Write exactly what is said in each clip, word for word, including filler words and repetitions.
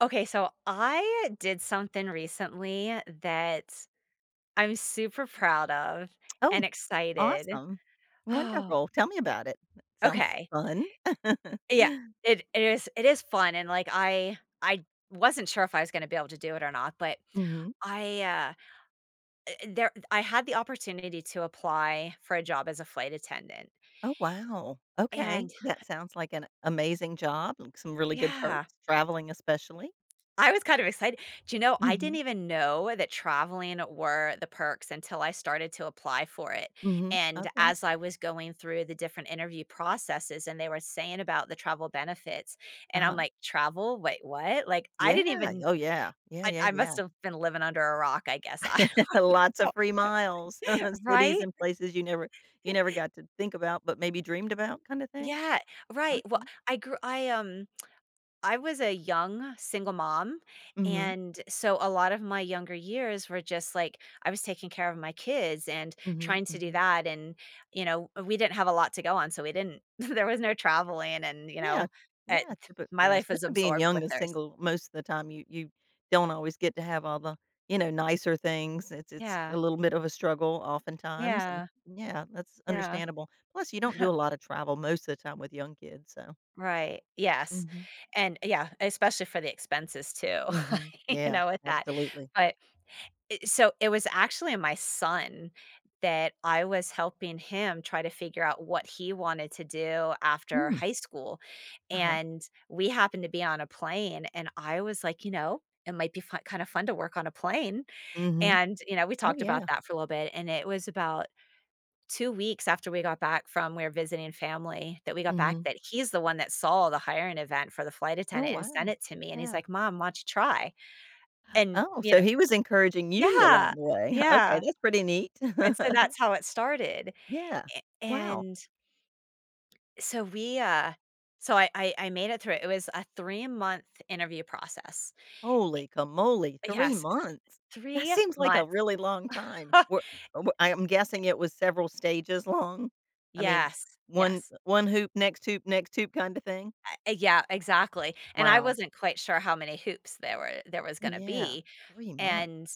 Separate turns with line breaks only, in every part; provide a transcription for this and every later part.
Okay, so I did something recently that I'm super proud of
Oh,
and excited.
awesome.
Oh,
Wonderful. Tell me about it. That sounds
okay.
fun.
Yeah, it, it is it is fun, and like I I wasn't sure if I was going to be able to do it or not. But
Mhm.
I uh uh, there I had the opportunity to apply for a job as a flight attendant.
Oh, wow. Okay.
And
That sounds like an amazing job, like some really good
yeah,
perks, traveling especially.
I was kind of excited. Do you know, I didn't
Mhm.
even know that traveling were the perks until I started to apply for it.
Mhm.
And
Okay.
as I was going through the different interview processes and they were saying about the travel benefits, and I'm
Uh-huh.
like, travel? Wait, what? Like, I
Yeah.
didn't even,
Oh, yeah. Yeah,
I,
yeah,
I
yeah.
must have been living under a rock, I guess. I don't
Lots
know.
of free miles, cities
Right?
and places you never you never got to think about, but maybe dreamed about kind of thing.
Yeah, right. Well,
Okay.
I grew, I, um, I was a young single mom,
Mhm.
and so a lot of my younger years were just like I was taking care of my kids and
Mhm.
trying to do
Mhm.
that. And, you know, we didn't have a lot to go on, so we didn't there was no traveling. And, you
Yeah,
know, eh,
yeah, typi
my
yeah,
life was
especially being
absorbed
young
with
and
theirs.
single most of the time, you you don't always get to have all the, you know, nicer things. It's it's a
Yeah,
little bit of a struggle oftentimes, and
yeah,
yeah, that's
yeah,
understandable. Plus, you don't do a lot of travel most of the time with young kids, so
right, yes,
mhm,
and yeah, especially for the expenses too,
mhm,
you
yeah,
know, with that.
absolutely.
But it so it was actually my son that I was helping him try to figure out what he wanted to do after
Mm,
high school.
uh-huh,
And we happened to be on a plane, and I was like, "You know, it might be fun kinda fun to work on a plane."
mhm,
And, you know, we
oh,
talked about
yeah,
that for a little bit, and it was about two weeks after we got back from we were visiting family that we got back
mhm,
that he's the one that saw the hiring event for the flight
oh,
attendant and sent
wow,
it to me, and he's
yeah.
like, "Mom, why don't you try?" And,
Oh,
you
so
know.
he was encouraging you
Yeah,
along the way. Okay,
yeah.
that's pretty neat.
And so that's how it started,
Yeah,
a
wow.
and so we, uh so I I I made it through it. It was a three-month interview process.
Holy camolie, 3
Yes,
months? That
three
seems like a
months.
really long time. Were w I'm guessing it was several stages long? I mean,
Yes,
one
yes.
one hoop, next hoop, next hoop kinda thing?
Uh, uh, yeah, exactly, and I
Wow.
wasn't quite sure how many hoops there were there was gonna
Yeah,
be.
3 months.
And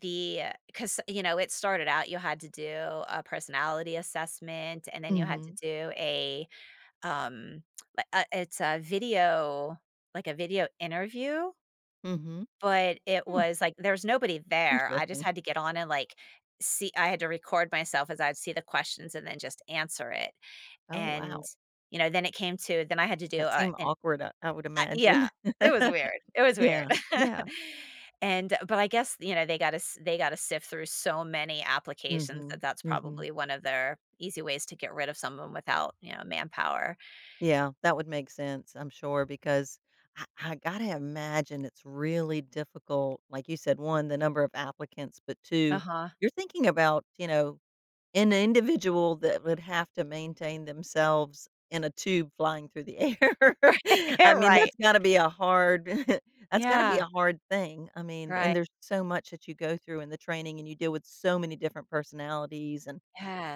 the because you know, it started out you had to do a personality assessment, and then you had to
Mm.
do a, um, li uh, it's a video like a video interview.
Mhm, mhm.
But it
Hmm,
was, like, there's nobody there. I just
interesting.
had to get on and, like, see I had to record myself as I'd see the questions and then just answer it.
Oh,
And,
wow.
you know, then it came to then I had to do
That
a
seemed
an
awkward, I I would
I yeah,
imagine.
it was weird. It was
Yeah,
weird.
yeah.
And uh, but I guess, you know, they gotta they gotta sift through so many
Mm.
applications
Mhm,
that that's
mm, mhm.
probably one of their easy ways to get rid of someone without, you know, manpower.
Yeah, that would make sense, I'm sure, because I, I got to imagine it's really difficult. Like you said, one, the number of applicants, but two,
Uh-huh.
you're thinking about, you know, an individual that would have to maintain themselves in a tube flying through the air. I mean,
Right.
that's got to be a hard, that's got to be
Yeah.
a hard thing. I mean, and
Right.
there's so much that you go through in the training and you deal with so many different personalities and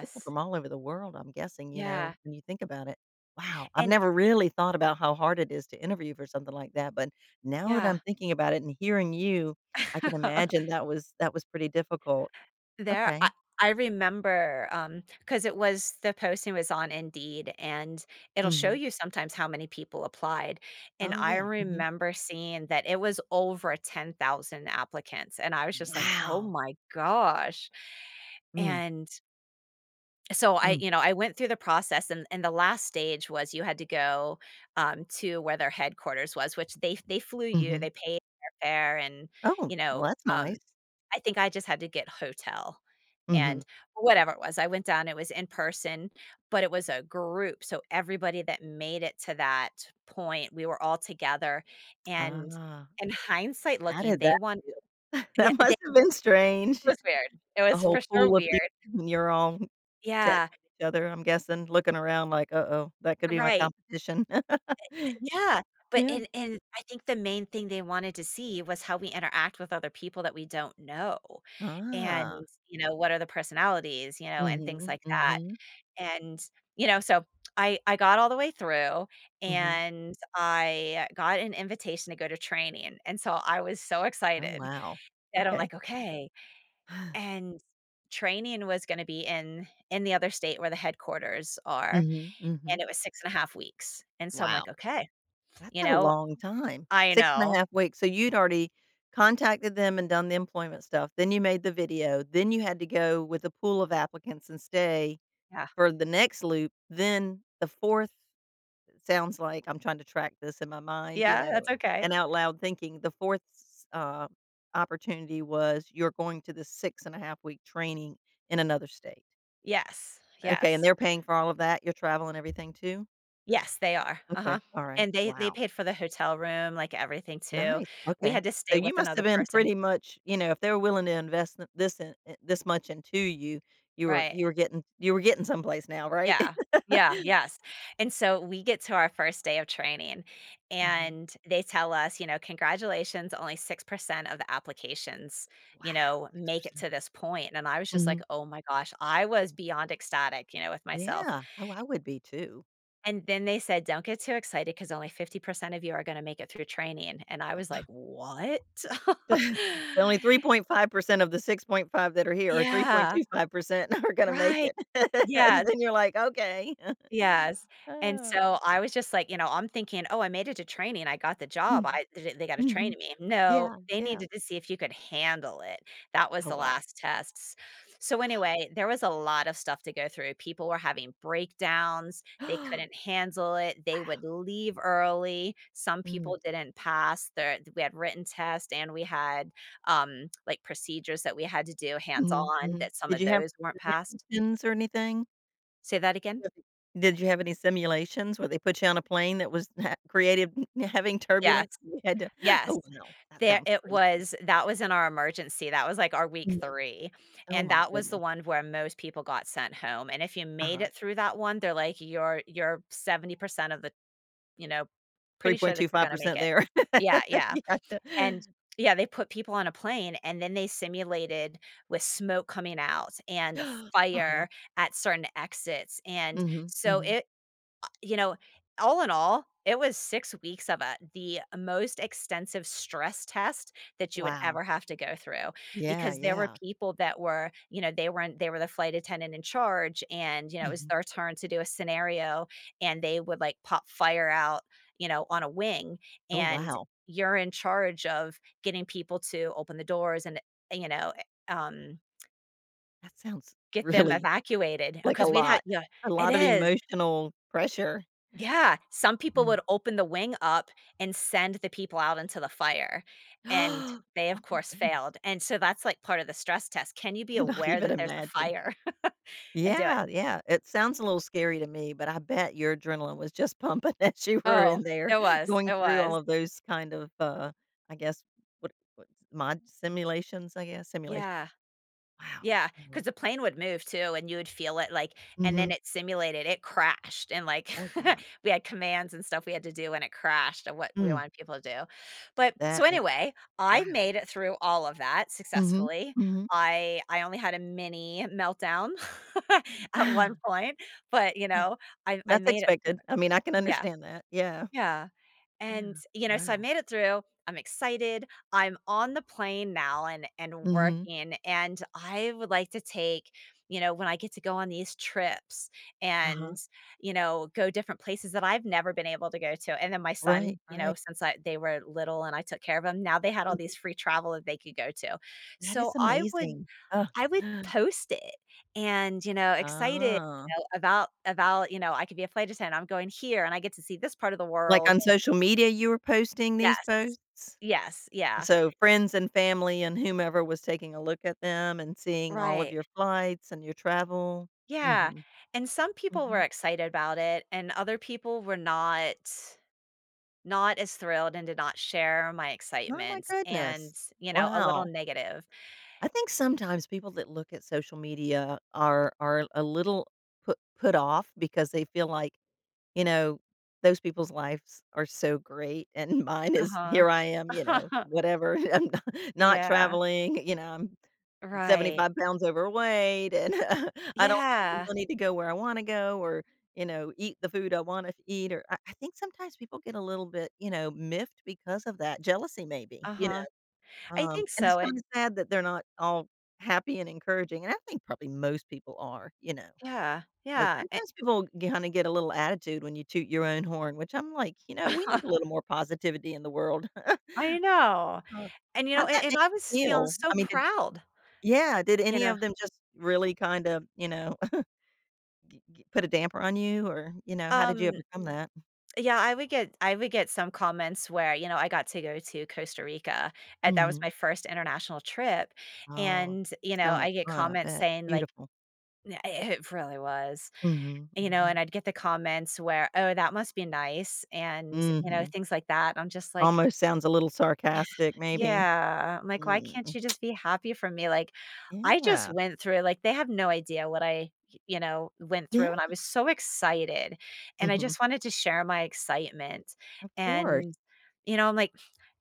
people from all over the world, I'm guessing, you know,
Yeah.
when you think about it. Wow, I've
And
never really thought about how hard it is to interview for something like that, but now that
yeah.
I'm thinking about it and hearing you, I can imagine that was that was pretty difficult.
There
Okay.
I I remember, um because it was the posting was on Indeed, and it'll show
Mhm.
you sometimes how many people applied. And
Oh,
I
yeah. Mhm.
remember seeing that it was over ten thousand applicants, and I was just like, "Oh
Wow.
my gosh."
Mm,
And so I
mm,
you know, I went through the process, and and the last stage was you had to go, um, to where their headquarters was, which they they flew you,
mhm.
they paid their fare. And,
Oh,
you
well,
know,
that's nice.
um I think I just had to get hotel
Mhm.
and whatever it was, I went down, it was in person. But it was a group, so everybody that made it to that point, we were all together. And
Ah,
in hindsight
how
looking,
did
they
that
want
feel?
yeah,
That
they
must
it
have been strange.
was weird. It
A
was
whole
for sure
pool of people,
weird.
and you're all chatting
Yeah,
with each other, I'm guessing, looking around like, "Uh-oh, that could be my
right.
competition."
Yeah, but
Yeah.
and and I think the main thing they wanted to see was how we interact with other people that we don't know, and,
Ah.
you know, what are the personalities, you know,
Mm.
and things
Mhm,
like that.
mhm,
And, you know, so I I got all the way through
mhm.
and I got an invitation to go to training, and so I was so
Oh,
excited
wow.
that I'm
Okay.
like, "Okay." And training was gonna be in in the other state where the headquarters
Mm.
are,
Mhm, mm. Mhm.
and it was six and a half weeks, and so I'm
Wow,
like, "Okay."
that's
You
a
know?
long time.
I
Six and a
know.
half weeks, so you'd already contacted them and done the employment stuff, then you made the video, then you had to go with a pool of applicants and stay
Yeah.
for the next loop, then the fourth sounds like I'm trying to track this in my mind, you
Yeah,
know,
that's okay.
and out loud thinking. The fourth s uh, opportunity was you're going to the six and a half week training in another state.
Yes.
Okay, and
Yes.
they're paying for all of that, your travel and everything too?
Yes, they are.
Okay,
Uh-huh.
all right.
And they they
Wow.
paid for the hotel room, like, everything too.
Nice,
We
okay.
had to
So
stay
you
with
must have
another
been
person.
pretty much you know, if they were willing to invest th this in I this much into you, you were
Right.
you were getting you were getting someplace now, right?
Yeah. Yeah, yes, and so we get to our first day of training,
Mhm.
and they tell us, you know, "Congratulations, only six percent of the applications, you
Wow,
know, make it
six percent.
to this point." And I was just like,
Mhm.
"Oh my gosh." I was beyond ecstatic, you know, with myself.
Yeah. Oh, I would be too.
And then they said, "Don't get too excited because only fifty percent of you are gonna make it through training," and I was like, "What?"
The only three point five percent of the six point five that are here, or
Yeah.
three point two five percent are gonna make
Right.
it. And
Yeah.
then you're like, "Okay."
Yes, and
Oh.
so I was just like, you know, I'm thinking, "Oh, I made it to training, I got the job,
Mhm,
I they they gotta train
mhm.
me." No,
Yeah,
they
yeah.
needed to see if you could handle it. That was
Oh,
the
wow.
last tests. So anyway, there was a lot of stuff to go through. People were having breakdowns, they couldn't handle it, they would leave early, some
Mm,
people didn't pass. There We had written tests, and we had, um, like, procedures that we had to do
mhm,
hands-on
mhm.
that some
Did
of
you have
those weren't passed.
simulations or anything?
Say that again?
Yeah. Did you have any simulations where they put you on a plane that was ha created having
Yes,
turbulence? You had to
yes.
Oh, wow, that
There
sounds
it
crazy.
was that was in our emergency, that was, like, our week
Mhm.
three.
Oh
And
my
that was the
goodness.
one where most people got sent home, and if you made
Uh-huh.
it through that one, they're like, "You're you're seventy percent of the you know, pretty sure that you're gonna make
three point two five percent
it."
there.
Yeah, yeah, and yeah, they put people on a plane, and then they simulated with smoke coming out and
Gotcha. Uh-huh.
fire at certain exits. And
Mhm,
so
mhm.
it you know, all in all, it was six weeks of a the most extensive stress test that you would
Wow.
ever have to go through,
Yeah,
because there were
yeah.
people that were, you know, they weren't they were the flight attendant in charge. And, you know, it was
Mhm.
their turn to do a scenario and they would like pop fire out, you know, on a wing.
Oh,
And
wow.
you're in charge of getting people to open the doors and, you know, eh, um,
That sounds
get them
really
evacuated
like a
because we'd have
lot.
yeah,
A
it
lot of
is.
emotional pressure.
Yeah, some people
Mm.
would open the wing up and send the people out into the fire, and they,
Oh
of
my
course,
goodness.
failed. And so that's, like, part of the stress test. Can
I
you be
cannot
aware
even
that there's a
imagine.
fire and do it?
Yeah, yeah. It sounds a little scary to me, but I bet your adrenaline was just pumping as you were
Oh,
in there
it was,
going
it
through all
was.
of those kind of, uh, I guess, what what mod simulations, I guess? Simulations.
Yeah.
Wow,
Yeah,
wow.
because the plane would move too, and you would feel it, like and then
Mhm.
it simulated it crashed, and, like,
Oh, wow.
we had commands and stuff we had to do when it crashed and what we
Mm,
wanted people to do. But
that
so
is
anyway,
wow.
I made it through all of that
Mhm,
successfully.
mhm.
I I only had a mini meltdown at one point, but, you know, I I
That's
made it through.
expected. I mean, I can
Yeah,
understand that. Yeah,
yeah. And,
yeah.
you know, so I
Wow.
made it through. I'm excited. I'm on the plane now and and
Mhm.
working, and I would like to take, you know, when I get to go on these trips
Uh-huh.
and, you know, go different places that I've never been able to go to. And then my
Right,
son, you know,
right.
since I they were little and I took care of them, now they had all
Mhm.
these free travel that they could go to.
That
So
is
I would
amazing. Uh,
I would post it and, you know, excited
ah.
you know, about about, you know, I could be a flight attendant. I'm going here and I get to see this part of the
Like,
world.
on
And
social media, you were posting these
yes.
posts?
Yes, yeah,
So, friends and family and whomever was taking a look at them and seeing all of
right.
your flights and your travel?
Yeah,
Mhm,
and some people were
mhm.
excited about it, and other people were not not as thrilled and did not share my
Oh my
excitement.
goodness.
And, you know, a little
Wow.
negative.
I think sometimes people that look at social media are are a little put put off because they feel like, you know, those people's lives are so great and mine is
Uh-huh.
here I am, you know, whatever. I'm not, not
Yeah,
traveling, you know, I'm
right.
seventy-five pounds overweight and I don't have the
Yeah,
money to go where I want to go or, you know, eat the food I want to eat. Or I, I think sometimes people get a little bit, you know, miffed because of that jealousy, maybe, you
uh-huh. I
um,
think
and it's
so, it
kinda sad that they're not all happy and encouraging, and I think probably most people are, you know,
yeah,
but
yeah. It-
sometimes people kinda get a little attitude when you toot your own horn, which I'm like, you know, we
I
need a little more positivity in the world.
know.
Uh,
And, you know,
how'd
and
that
and
make
I was
you
feeling
feel?
so
I mean, did,
proud,
yeah, did
you
any
know,
of them just really kind of, you know, g g put a damper on you or, you know, how did you
um
overcome that?
yeah. I would get I would get some comments where, you know, I got to go to Costa Rica, and that was my
Mhm.
first international trip.
Oh,
And, you
so
know, I
much
get
fun, I
comments
bet.
saying, like,
Beautiful.
"N eh, it really was,"
Mhm,
you know. And
mhm.
I'd get the comments where, "Oh, that must be nice," and, you know,
Mhm.
things like that, I'm just like
Almost sounds a little sarcastic, maybe.
yeah, I'm like, "Why can't
Mm,
you just be happy for me?" Like, I just
yeah.
went through it. Like, they have no idea what I, you know, went
Yeah,
through, and I was so excited, and I
mhm.
just wanted to share my excitement.
Of course.
And, you know, I'm like,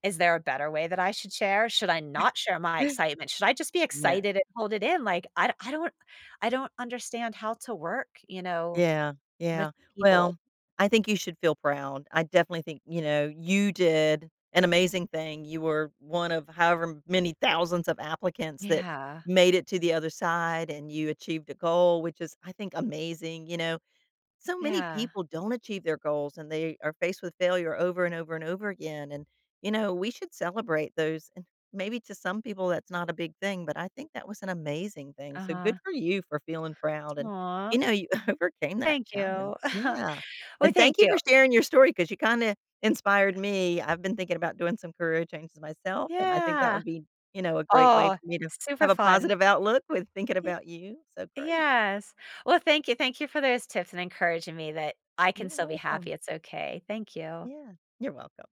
"Is there a better way that I should share? Should I not share my excitement? Should I just be
No.
excited and hold it in?" Like, I I don't I don't understand how to work, you know,
Yeah,
with
yeah.
people.
Well, I think you should feel proud. I definitely think, you know, you did an amazing thing. You were one of however many thousands of applicants that
Yeah.
made it to the other side, and you achieved a goal, which is, I think, amazing, you know? So many
Yeah.
people don't achieve their goals and they are faced with failure over and over and over again. And, you know, we should celebrate those. And maybe to some people that's not a big thing, but I think that was an amazing thing. So good
Uh-huh.
for you for feeling proud. And,
Aw,
you know, you overcame that
thank
challenge.
you.
Yeah.
Well,
And
thank
thank you
you.
for sharing your story because you kind of inspired me. I've been thinking about doing some career changes myself. And I think that
Yeah.
would be, you know, a great way
Oh,
for me to
super
have a
fun.
positive outlook with thinking
Y
about you. So great.
yes. Well, thank you, thank you for those tips and encouraging me that I can
You're
still be
welcome.
happy, it's okay. Thank you.
Yeah. You're welcome.